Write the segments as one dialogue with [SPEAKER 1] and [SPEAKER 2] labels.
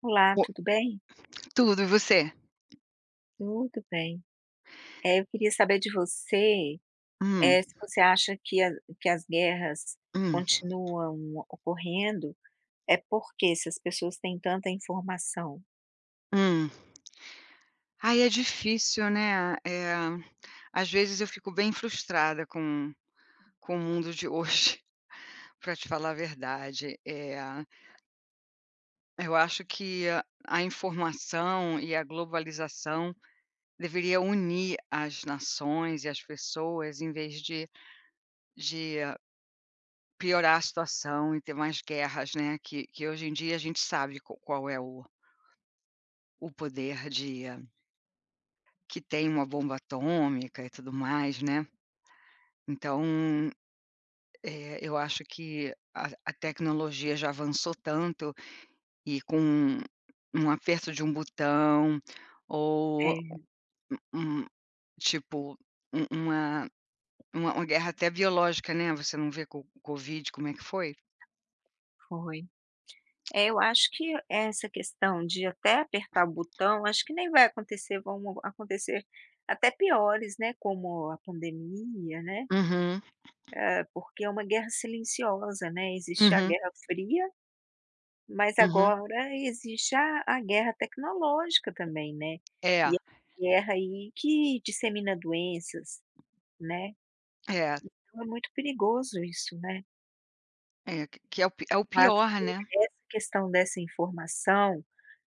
[SPEAKER 1] Olá,
[SPEAKER 2] O
[SPEAKER 1] tudo bem?
[SPEAKER 2] tudo, e você?
[SPEAKER 1] Tudo bem. Eu queria saber de você,
[SPEAKER 2] Hum,
[SPEAKER 1] se você acha que a que as guerras
[SPEAKER 2] hum,
[SPEAKER 1] continuam ocorrendo, é porque quê? Se as pessoas têm tanta informação.
[SPEAKER 2] hum. Ai, é difícil, né, às vezes eu fico bem frustrada com o mundo de hoje, pra te falar a verdade. Eu acho que a informação e a globalização deveria unir as nações e as pessoas em vez de de piorar a situação e ter mais guerras, né, que hoje em dia a gente sabe qu qual é o poder de. Que tem uma bomba atômica e tudo mais, né. Então, eu acho que a tecnologia já avançou tanto e com um aperto de um botão ou
[SPEAKER 1] É,
[SPEAKER 2] um tipo, um uma uma guerra até biológica, né, você não vê com o covid como é que foi?
[SPEAKER 1] foi. É, eu acho que essa questão de até apertar o botão, acho que nem vai acontecer, vão acontecer até piores, né, como a pandemia, né,
[SPEAKER 2] Uhum,
[SPEAKER 1] porque é uma guerra silenciosa, né, existe a
[SPEAKER 2] uhum,
[SPEAKER 1] Guerra Fria. Mas
[SPEAKER 2] uhum.
[SPEAKER 1] agora existe a guerra tecnológica também, né,
[SPEAKER 2] É,
[SPEAKER 1] e a guerra aí que dissemina doenças, né,
[SPEAKER 2] é,
[SPEAKER 1] então é muito perigoso isso, né.
[SPEAKER 2] é, que é o pi é o
[SPEAKER 1] Eu acho
[SPEAKER 2] pior,
[SPEAKER 1] que
[SPEAKER 2] né.
[SPEAKER 1] essa questão dessa informação,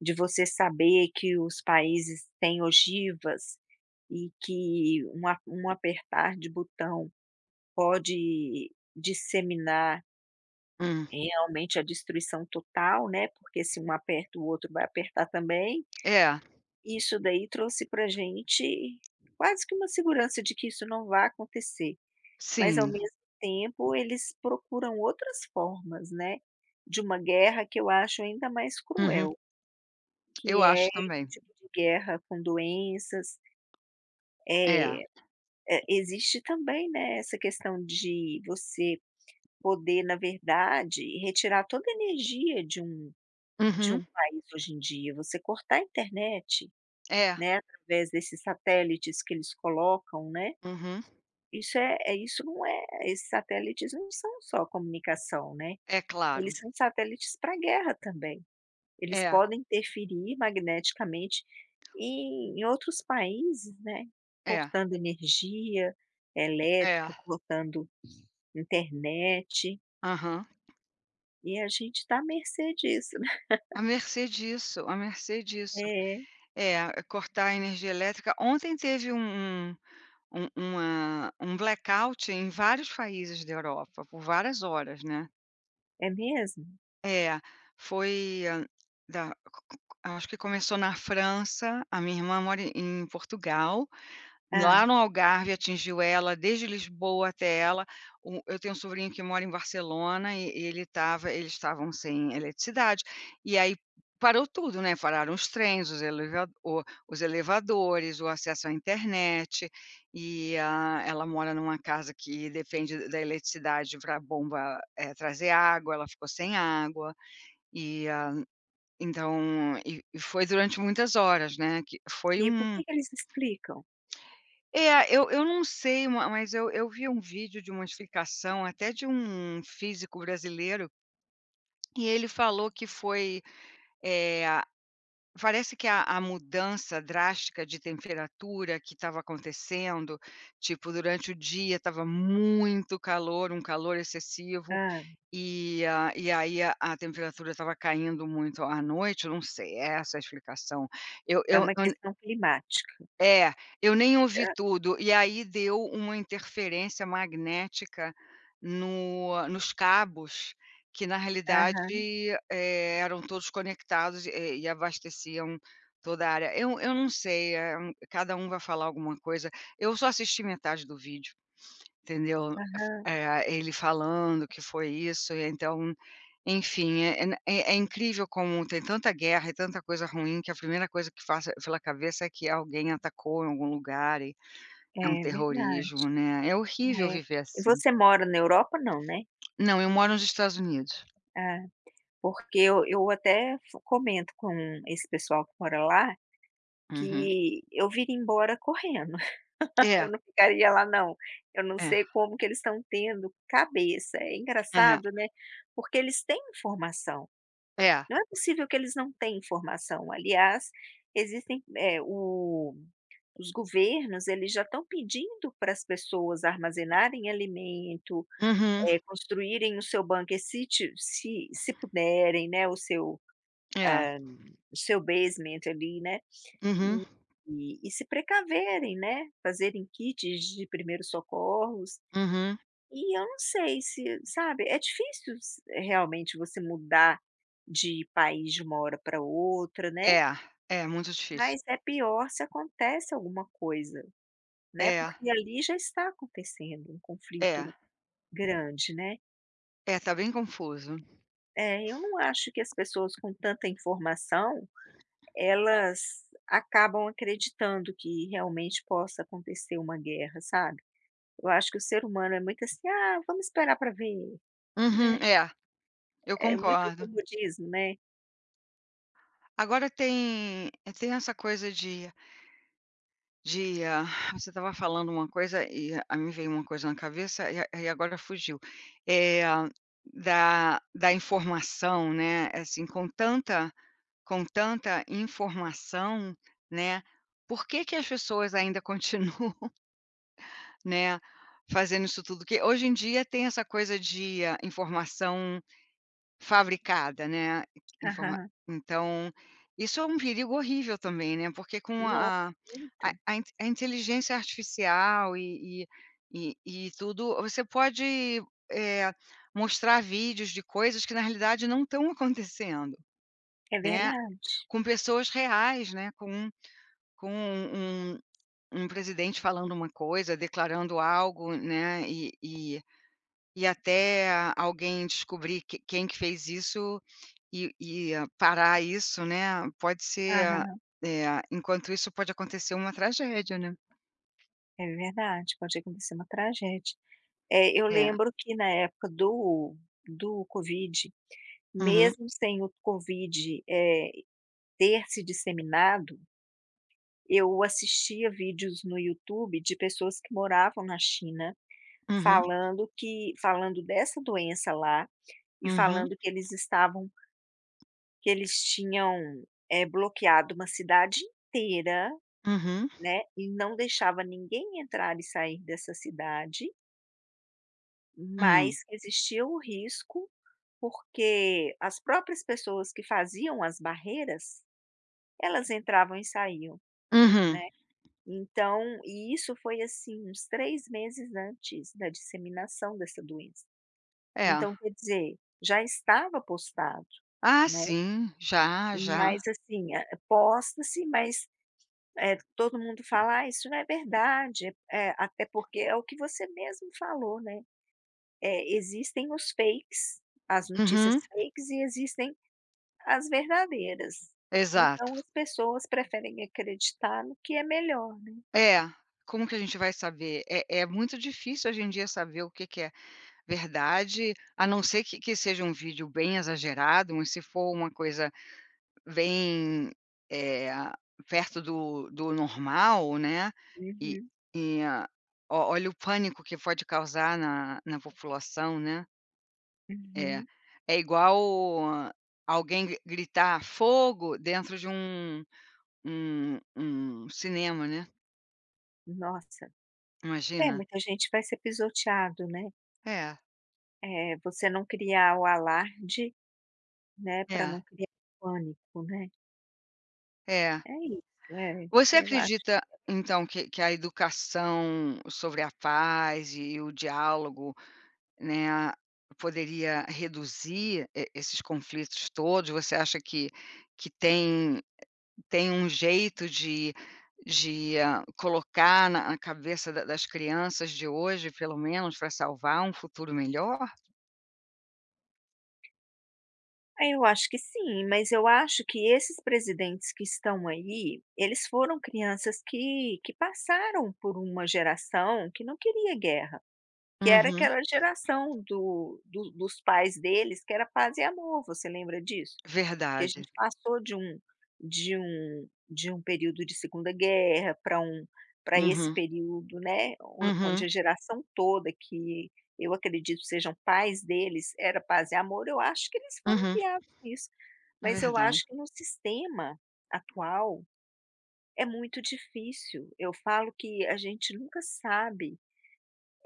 [SPEAKER 1] de você saber que os países têm ogivas e que um a um apertar de botão pode disseminar
[SPEAKER 2] Hum.
[SPEAKER 1] realmente a destruição total, né, porque se um aperta o outro vai apertar também.
[SPEAKER 2] É,
[SPEAKER 1] Isso daí trouxe para gente quase que uma segurança de que isso não vai acontecer, mas ao
[SPEAKER 2] sim.
[SPEAKER 1] mesmo tempo eles procuram outras formas, né, de uma guerra que eu acho ainda mais
[SPEAKER 2] Uhum.
[SPEAKER 1] cruel, que
[SPEAKER 2] Eu
[SPEAKER 1] é
[SPEAKER 2] acho
[SPEAKER 1] esse
[SPEAKER 2] também.
[SPEAKER 1] tipo de guerra com doenças,
[SPEAKER 2] É.
[SPEAKER 1] eh, existe também, né, essa questão de você poder, na verdade, retirar toda a energia de um
[SPEAKER 2] Uhum.
[SPEAKER 1] país hoje em dia, você cortar a internet,
[SPEAKER 2] É.
[SPEAKER 1] né, através desses satélites que eles colocam, né.
[SPEAKER 2] Uhum.
[SPEAKER 1] Isso é é isso não é Esses satélites não são só comunicação, né,
[SPEAKER 2] É claro.
[SPEAKER 1] eles são satélites para guerra também. Eles
[SPEAKER 2] É,
[SPEAKER 1] podem interferir magneticamente em outros países, né,
[SPEAKER 2] é,
[SPEAKER 1] cortando energia
[SPEAKER 2] é.
[SPEAKER 1] elétrica, cortando internet,
[SPEAKER 2] Aham.
[SPEAKER 1] e a gente está à mercê disso, né.
[SPEAKER 2] A mercê disso, a mercê disso.
[SPEAKER 1] É,
[SPEAKER 2] É, é cortar a energia elétrica. Ontem teve um uma um blackout em vários países da Europa, por várias horas, né.
[SPEAKER 1] é mesmo?
[SPEAKER 2] É, foi da c- c- acho que começou na França. A minha irmã mora em Portugal.
[SPEAKER 1] Ah,
[SPEAKER 2] Lá no Algarve atingiu ela, desde Lisboa até ela. O Eu tenho um sobrinho que mora em Barcelona e eles estavam sem eletricidade, e aí parou tudo, né, pararam os trens, os elevadores, o acesso à internet, e a ela mora numa casa que depende da eletricidade pra bomba, trazer água, ela ficou sem água, e, ah, então e foi durante muitas horas, né, que foi
[SPEAKER 1] e por que
[SPEAKER 2] um.
[SPEAKER 1] que eles explicam?
[SPEAKER 2] É, eu não sei, ma mas eu vi um vídeo de uma explicação até de um físico brasileiro, e ele falou que foi, a parece que a mudança drástica de temperatura que estava acontecendo, tipo, durante o dia estava muito calor, um calor excessivo,
[SPEAKER 1] Ah,
[SPEAKER 2] e a e aí a temperatura estava caindo muito à noite, eu não sei, é essa é a explicação.
[SPEAKER 1] é
[SPEAKER 2] Eu
[SPEAKER 1] uma questão climática.
[SPEAKER 2] É, eu nem ouvi
[SPEAKER 1] Ah.
[SPEAKER 2] tudo, e aí deu uma interferência magnética no nos cabos, que na realidade,
[SPEAKER 1] Aham.
[SPEAKER 2] eram todos conectados, e abasteciam toda a área. Eu não sei, cada um vai falar alguma coisa, eu só assisti metade do vídeo, entendeu?
[SPEAKER 1] Aham.
[SPEAKER 2] Ele falando que foi isso, e então enfim, é incrível como tem tanta guerra e tanta coisa ruim que a primeira coisa que passa pela cabeça é que alguém atacou em algum lugar e é um
[SPEAKER 1] É verdade,
[SPEAKER 2] terrorismo, né. É horrível
[SPEAKER 1] é.
[SPEAKER 2] viver
[SPEAKER 1] E
[SPEAKER 2] assim.
[SPEAKER 1] você mora na Europa não, né?
[SPEAKER 2] Não, eu moro nos Estados Unidos.
[SPEAKER 1] Ah, porque eu até f comento com esse pessoal que mora lá,
[SPEAKER 2] Uhum.
[SPEAKER 1] que eu viria embora correndo,
[SPEAKER 2] É,
[SPEAKER 1] eu não ficaria lá não. Eu não
[SPEAKER 2] é,
[SPEAKER 1] sei como que eles estão tendo cabeça, é
[SPEAKER 2] aham,
[SPEAKER 1] engraçado, né, porque eles têm informação,
[SPEAKER 2] é.
[SPEAKER 1] não é possível que eles não tenham informação. Aliás, existem, eh, o os governos, eles já estão pedindo para as pessoas armazenarem alimento,
[SPEAKER 2] Uhum,
[SPEAKER 1] construírem o seu bunker se ti se se puderem, né, o seu
[SPEAKER 2] é.
[SPEAKER 1] o seu basement ali, né,
[SPEAKER 2] Uhum,
[SPEAKER 1] e e se precaverem, né, fazerem kits de primeiros socorros.
[SPEAKER 2] uhum.
[SPEAKER 1] E eu não sei se sabe, é difícil s realmente você mudar de país de uma hora para outra, né,
[SPEAKER 2] É, é muito difícil.
[SPEAKER 1] mas é pior se acontece alguma coisa, né,
[SPEAKER 2] É,
[SPEAKER 1] porque ali já está acontecendo um
[SPEAKER 2] é,
[SPEAKER 1] conflito grande, né.
[SPEAKER 2] é, tá bem confuso.
[SPEAKER 1] É, eu não acho que as pessoas com tanta informação, elas acabam acreditando que realmente possa acontecer uma guerra, sabe. Eu acho que o ser humano é muito assim: "Ah, vamos esperar para ver",
[SPEAKER 2] Uhum,
[SPEAKER 1] né.
[SPEAKER 2] é, eu
[SPEAKER 1] É muito
[SPEAKER 2] concordo.
[SPEAKER 1] comodismo, né.
[SPEAKER 2] Agora tem tem essa coisa de. Dia, você estava falando uma coisa e a mim veio uma coisa na cabeça e a agora fugiu. É da informação, né, assim, com tanta com tanta informação, né, por que as pessoas ainda continuam, né, fazendo isso tudo? Que hoje em dia tem essa coisa de, ah, informação fabricada, né, informa
[SPEAKER 1] Aham.
[SPEAKER 2] então, isso é um perigo horrível também, né, porque com
[SPEAKER 1] Nossa, muito.
[SPEAKER 2] a inteligência artificial e tudo, você pode, eh, mostrar vídeos de coisas que na realidade não estão acontecendo,
[SPEAKER 1] É
[SPEAKER 2] né,
[SPEAKER 1] verdade.
[SPEAKER 2] com pessoas reais, né, com com um um um presidente falando uma coisa, declarando algo, né, e até alguém descobrir quem que fez isso e parar isso, né, pode ser,
[SPEAKER 1] Aham.
[SPEAKER 2] enquanto isso pode acontecer uma tragédia, né.
[SPEAKER 1] É verdade, pode acontecer uma tragédia. É, eu
[SPEAKER 2] É.
[SPEAKER 1] lembro que na época do covid,
[SPEAKER 2] Uhum,
[SPEAKER 1] mesmo sem o covid, ter se disseminado. Eu assistia vídeos no YouTube de pessoas que moravam na China,
[SPEAKER 2] uhum,
[SPEAKER 1] falando que falando dessa doença lá, e
[SPEAKER 2] uhum,
[SPEAKER 1] falando que eles tinham, bloqueado uma cidade inteira,
[SPEAKER 2] uhum,
[SPEAKER 1] né, e não deixava ninguém entrar e sair dessa cidade,
[SPEAKER 2] hum,
[SPEAKER 1] mas que existia o risco, porque as próprias pessoas que faziam as barreiras, elas entravam e saíam,
[SPEAKER 2] uhum.
[SPEAKER 1] né. Então, e isso foi assim uns 3 meses antes da disseminação dessa doença.
[SPEAKER 2] É.
[SPEAKER 1] Então quer dizer, já estava postado,
[SPEAKER 2] Ah,
[SPEAKER 1] né,
[SPEAKER 2] sim, já, já.
[SPEAKER 1] mas assim, posta-se, mas, todo mundo fala: "Ah, isso não é verdade", até porque é o que você mesmo falou, né, existem os fakes, as notícias
[SPEAKER 2] Uhum,
[SPEAKER 1] fakes e existem as verdadeiras.
[SPEAKER 2] exato.
[SPEAKER 1] Então as pessoas preferem acreditar no que é melhor.
[SPEAKER 2] É, como que a gente vai saber? É muito difícil hoje em dia saber o que que é verdade, a não ser que seja um vídeo bem exagerado, mas se for uma coisa vem, eh, perto do normal, né, e
[SPEAKER 1] Uhum,
[SPEAKER 2] e a ó olha o pânico que pode causar na população, né. É,
[SPEAKER 1] uhum.
[SPEAKER 2] é igual alguém gri gritar "fogo" dentro de um um cinema, né,
[SPEAKER 1] Nossa. É,
[SPEAKER 2] imagina.
[SPEAKER 1] muita gente vai ser pisoteado, né.
[SPEAKER 2] É,
[SPEAKER 1] Você não criar o alarde, né, para
[SPEAKER 2] é,
[SPEAKER 1] não criar pânico, né.
[SPEAKER 2] é.
[SPEAKER 1] É isso, é,
[SPEAKER 2] Você
[SPEAKER 1] eu acho
[SPEAKER 2] acredita então que a educação sobre a paz e o diálogo, né, poderia reduzir esses conflitos todos? Você acha que tem um jeito de hã, colocar na cabeça da das crianças de hoje, pelo menos, para salvar um futuro melhor?
[SPEAKER 1] é, eu acho que sim, mas eu acho que esses presidentes que estão aí, eles foram crianças que passaram por uma geração que não queria guerra, que era
[SPEAKER 2] Uhum.
[SPEAKER 1] aquela geração do do dos pais deles que era paz e amor, você lembra disso? Porque a
[SPEAKER 2] Verdade.
[SPEAKER 1] gente passou de um período de Segunda Guerra para esse
[SPEAKER 2] Uhum,
[SPEAKER 1] período, né, on onde
[SPEAKER 2] uhum,
[SPEAKER 1] a geração toda que eu acredito sejam pais deles, era paz e amor, eu acho que eles foram
[SPEAKER 2] uhum.
[SPEAKER 1] criados nisso.
[SPEAKER 2] É
[SPEAKER 1] Mas eu
[SPEAKER 2] verdade.
[SPEAKER 1] acho que no sistema atual é muito difícil. Eu falo que a gente nunca sabe,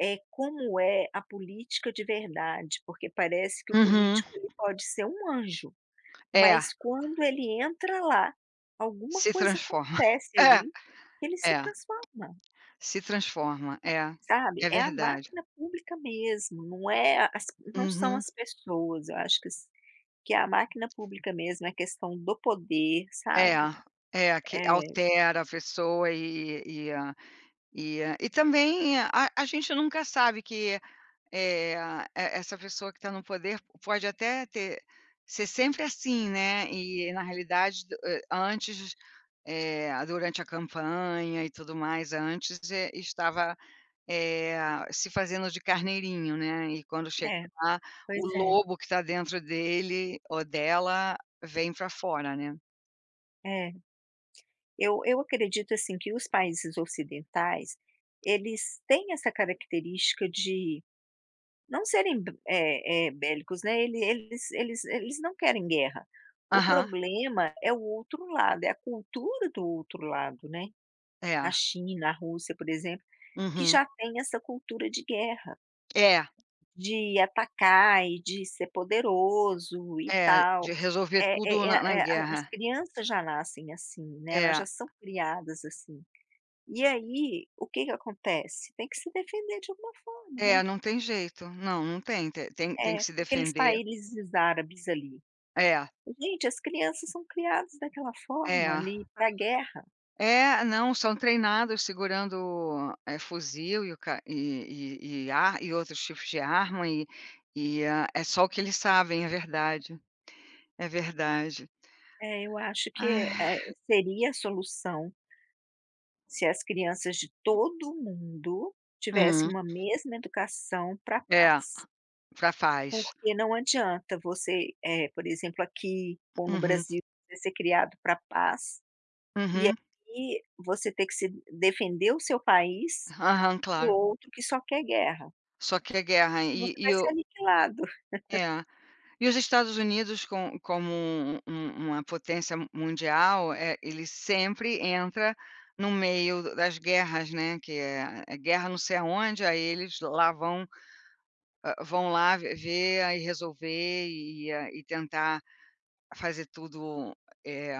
[SPEAKER 1] é como é a política de verdade, porque parece que o
[SPEAKER 2] Uhum.
[SPEAKER 1] político ele pode ser um anjo.
[SPEAKER 2] É,
[SPEAKER 1] Mas quando ele entra lá, alguma
[SPEAKER 2] se
[SPEAKER 1] coisa
[SPEAKER 2] transforma.
[SPEAKER 1] acontece
[SPEAKER 2] É,
[SPEAKER 1] ali que ele se
[SPEAKER 2] é,
[SPEAKER 1] transforma,
[SPEAKER 2] se transforma. É,
[SPEAKER 1] sabe.
[SPEAKER 2] é
[SPEAKER 1] É a
[SPEAKER 2] verdade.
[SPEAKER 1] máquina pública mesmo, não são
[SPEAKER 2] Uhum.
[SPEAKER 1] as pessoas, eu acho que é a máquina pública mesmo, é questão do poder,
[SPEAKER 2] É,
[SPEAKER 1] sabe.
[SPEAKER 2] é que
[SPEAKER 1] É,
[SPEAKER 2] altera a pessoa e a também a gente nunca sabe que, eh, e essa pessoa que está no poder pode até ter ser sempre assim, né, e na realidade do antes, durante a campanha e tudo mais, antes, estava, se fazendo de carneirinho, né, e quando chega
[SPEAKER 1] é,
[SPEAKER 2] lá,
[SPEAKER 1] pois
[SPEAKER 2] o
[SPEAKER 1] é,
[SPEAKER 2] lobo que está dentro dele ou dela vem para fora, né.
[SPEAKER 1] é. Eu acredito, assim, que os países ocidentais, eles têm essa característica de não serem bélicos, né, eles não querem guerra. O
[SPEAKER 2] Aham,
[SPEAKER 1] problema é o outro lado, é a cultura do outro lado, né. A
[SPEAKER 2] é.
[SPEAKER 1] China, a Rússia, por exemplo, que
[SPEAKER 2] Uhum.
[SPEAKER 1] já tem essa cultura de guerra,
[SPEAKER 2] É,
[SPEAKER 1] de atacar e de ser poderoso e
[SPEAKER 2] é,
[SPEAKER 1] tal.
[SPEAKER 2] de resolver
[SPEAKER 1] É
[SPEAKER 2] tudo
[SPEAKER 1] é
[SPEAKER 2] na
[SPEAKER 1] é é a as
[SPEAKER 2] guerra.
[SPEAKER 1] crianças já nascem assim, né, elas já
[SPEAKER 2] É,
[SPEAKER 1] são criadas assim. E aí, o que que acontece? Tem que se defender de alguma forma, né.
[SPEAKER 2] é, não tem jeito. Não, não tem, te tem
[SPEAKER 1] É,
[SPEAKER 2] que se
[SPEAKER 1] aqueles
[SPEAKER 2] defender.
[SPEAKER 1] países árabes ali.
[SPEAKER 2] É,
[SPEAKER 1] Gente, as crianças são criadas daquela forma
[SPEAKER 2] é.
[SPEAKER 1] ali para a guerra.
[SPEAKER 2] É, não, são treinados segurando, fuzil e outros tipos de arma e, ah, é só o que eles sabem, é verdade, é verdade.
[SPEAKER 1] Eu acho que,
[SPEAKER 2] Ai.
[SPEAKER 1] seria a solução se as crianças de todo mundo tivessem
[SPEAKER 2] Hum.
[SPEAKER 1] uma mesma educação para a
[SPEAKER 2] É,
[SPEAKER 1] paz.
[SPEAKER 2] pra paz.
[SPEAKER 1] Porque não adianta você, por exemplo, aqui ou no
[SPEAKER 2] Uhum,
[SPEAKER 1] Brasil, você ser criado para a paz e
[SPEAKER 2] uhum.
[SPEAKER 1] aí você ter que se defender o seu país
[SPEAKER 2] Aham,
[SPEAKER 1] de
[SPEAKER 2] claro.
[SPEAKER 1] outro que só quer guerra.
[SPEAKER 2] Só que é guerra
[SPEAKER 1] Você vai
[SPEAKER 2] e
[SPEAKER 1] ser
[SPEAKER 2] o
[SPEAKER 1] aniquilado.
[SPEAKER 2] é. E os Estados Unidos, como uma potência mundial, ele sempre entra no meio das guerras, né, que é guerra não sei aonde, aí eles lá vão, hã, vão lá ve ver, e resolver e tentar fazer tudo, eh,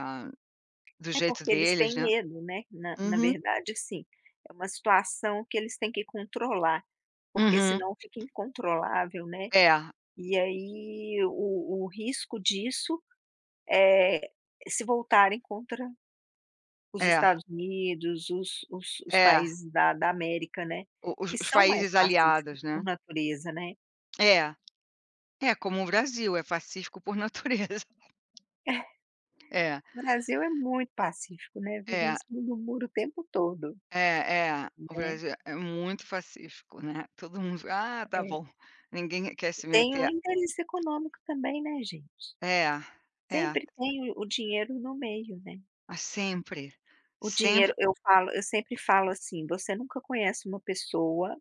[SPEAKER 2] do
[SPEAKER 1] É
[SPEAKER 2] jeito
[SPEAKER 1] porque eles têm
[SPEAKER 2] deles, né.
[SPEAKER 1] medo, né, na
[SPEAKER 2] Uhum,
[SPEAKER 1] verdade, sim. É uma situação que eles têm que controlar, porque
[SPEAKER 2] uhum.
[SPEAKER 1] senão fica incontrolável, né,
[SPEAKER 2] É,
[SPEAKER 1] e aí o risco disso é se voltarem contra os
[SPEAKER 2] é,
[SPEAKER 1] Estados Unidos, os
[SPEAKER 2] é.
[SPEAKER 1] países da América, né,
[SPEAKER 2] O Os
[SPEAKER 1] que são mais
[SPEAKER 2] países
[SPEAKER 1] pacíficos
[SPEAKER 2] aliados, né.
[SPEAKER 1] por natureza, né.
[SPEAKER 2] É, é como o Brasil, é pacífico por natureza. É,
[SPEAKER 1] O Brasil é muito pacífico, né, vive em
[SPEAKER 2] é.
[SPEAKER 1] cima do muro o tempo todo,
[SPEAKER 2] É, é. O
[SPEAKER 1] né.
[SPEAKER 2] Brasil é muito pacífico, né. Todo mundo: "Ah, tá
[SPEAKER 1] É.
[SPEAKER 2] bom". Ninguém quer
[SPEAKER 1] E
[SPEAKER 2] se
[SPEAKER 1] tem o
[SPEAKER 2] meter.
[SPEAKER 1] interesse econômico também, né, gente.
[SPEAKER 2] É, é.
[SPEAKER 1] Sempre tem o dinheiro no meio, né.
[SPEAKER 2] Ah, sempre,
[SPEAKER 1] O dinheiro
[SPEAKER 2] sempre
[SPEAKER 1] eu sempre falo assim: "Você nunca conhece uma pessoa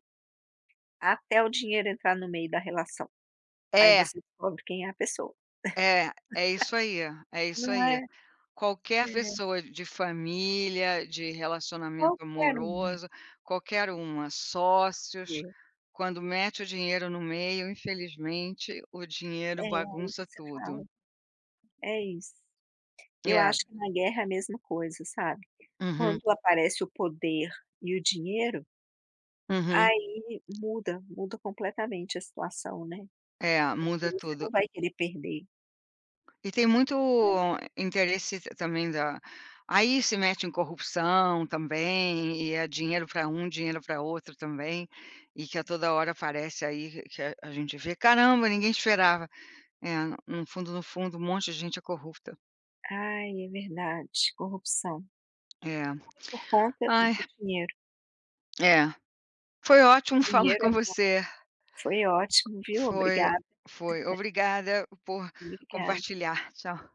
[SPEAKER 1] até o dinheiro entrar no meio da relação, aí
[SPEAKER 2] é,
[SPEAKER 1] você descobre quem é a pessoa".
[SPEAKER 2] é, é isso aí, é isso
[SPEAKER 1] Não é?
[SPEAKER 2] aí. Qualquer
[SPEAKER 1] É.
[SPEAKER 2] pessoa de família, de relacionamento
[SPEAKER 1] Qualquer um
[SPEAKER 2] amoroso, qualquer uma, sócios,
[SPEAKER 1] vê.
[SPEAKER 2] quando mete o dinheiro no meio, infelizmente, o
[SPEAKER 1] É,
[SPEAKER 2] dinheiro
[SPEAKER 1] aí
[SPEAKER 2] bagunça
[SPEAKER 1] você fala
[SPEAKER 2] tudo.
[SPEAKER 1] é isso. Eu
[SPEAKER 2] É.
[SPEAKER 1] acho que na guerra é a mesma coisa, sabe. Quando
[SPEAKER 2] Uhum,
[SPEAKER 1] aparece o poder e o dinheiro,
[SPEAKER 2] uhum.
[SPEAKER 1] aí muda, muda completamente a situação, né,
[SPEAKER 2] É,
[SPEAKER 1] porque
[SPEAKER 2] muda
[SPEAKER 1] você não
[SPEAKER 2] tudo.
[SPEAKER 1] vai querer perder,
[SPEAKER 2] E tem muito
[SPEAKER 1] né.
[SPEAKER 2] interesse ta também da aí se mete em corrupção também, e é dinheiro para um, dinheiro para outro também, que a toda hora aparece aí que a gente vê: "Caramba, ninguém esperava". É, no fundo, no fundo, um monte de gente é corrupta.
[SPEAKER 1] Ai, é verdade, corrupção.
[SPEAKER 2] É.
[SPEAKER 1] Por conta
[SPEAKER 2] Ai,
[SPEAKER 1] do dinheiro.
[SPEAKER 2] é. Foi
[SPEAKER 1] O
[SPEAKER 2] ótimo falar
[SPEAKER 1] dinheiro
[SPEAKER 2] com você.
[SPEAKER 1] Foi ótimo, viu.
[SPEAKER 2] Foi,
[SPEAKER 1] Obrigada,
[SPEAKER 2] foi. Obrigada por
[SPEAKER 1] obrigada.
[SPEAKER 2] compartilhar. Tchau.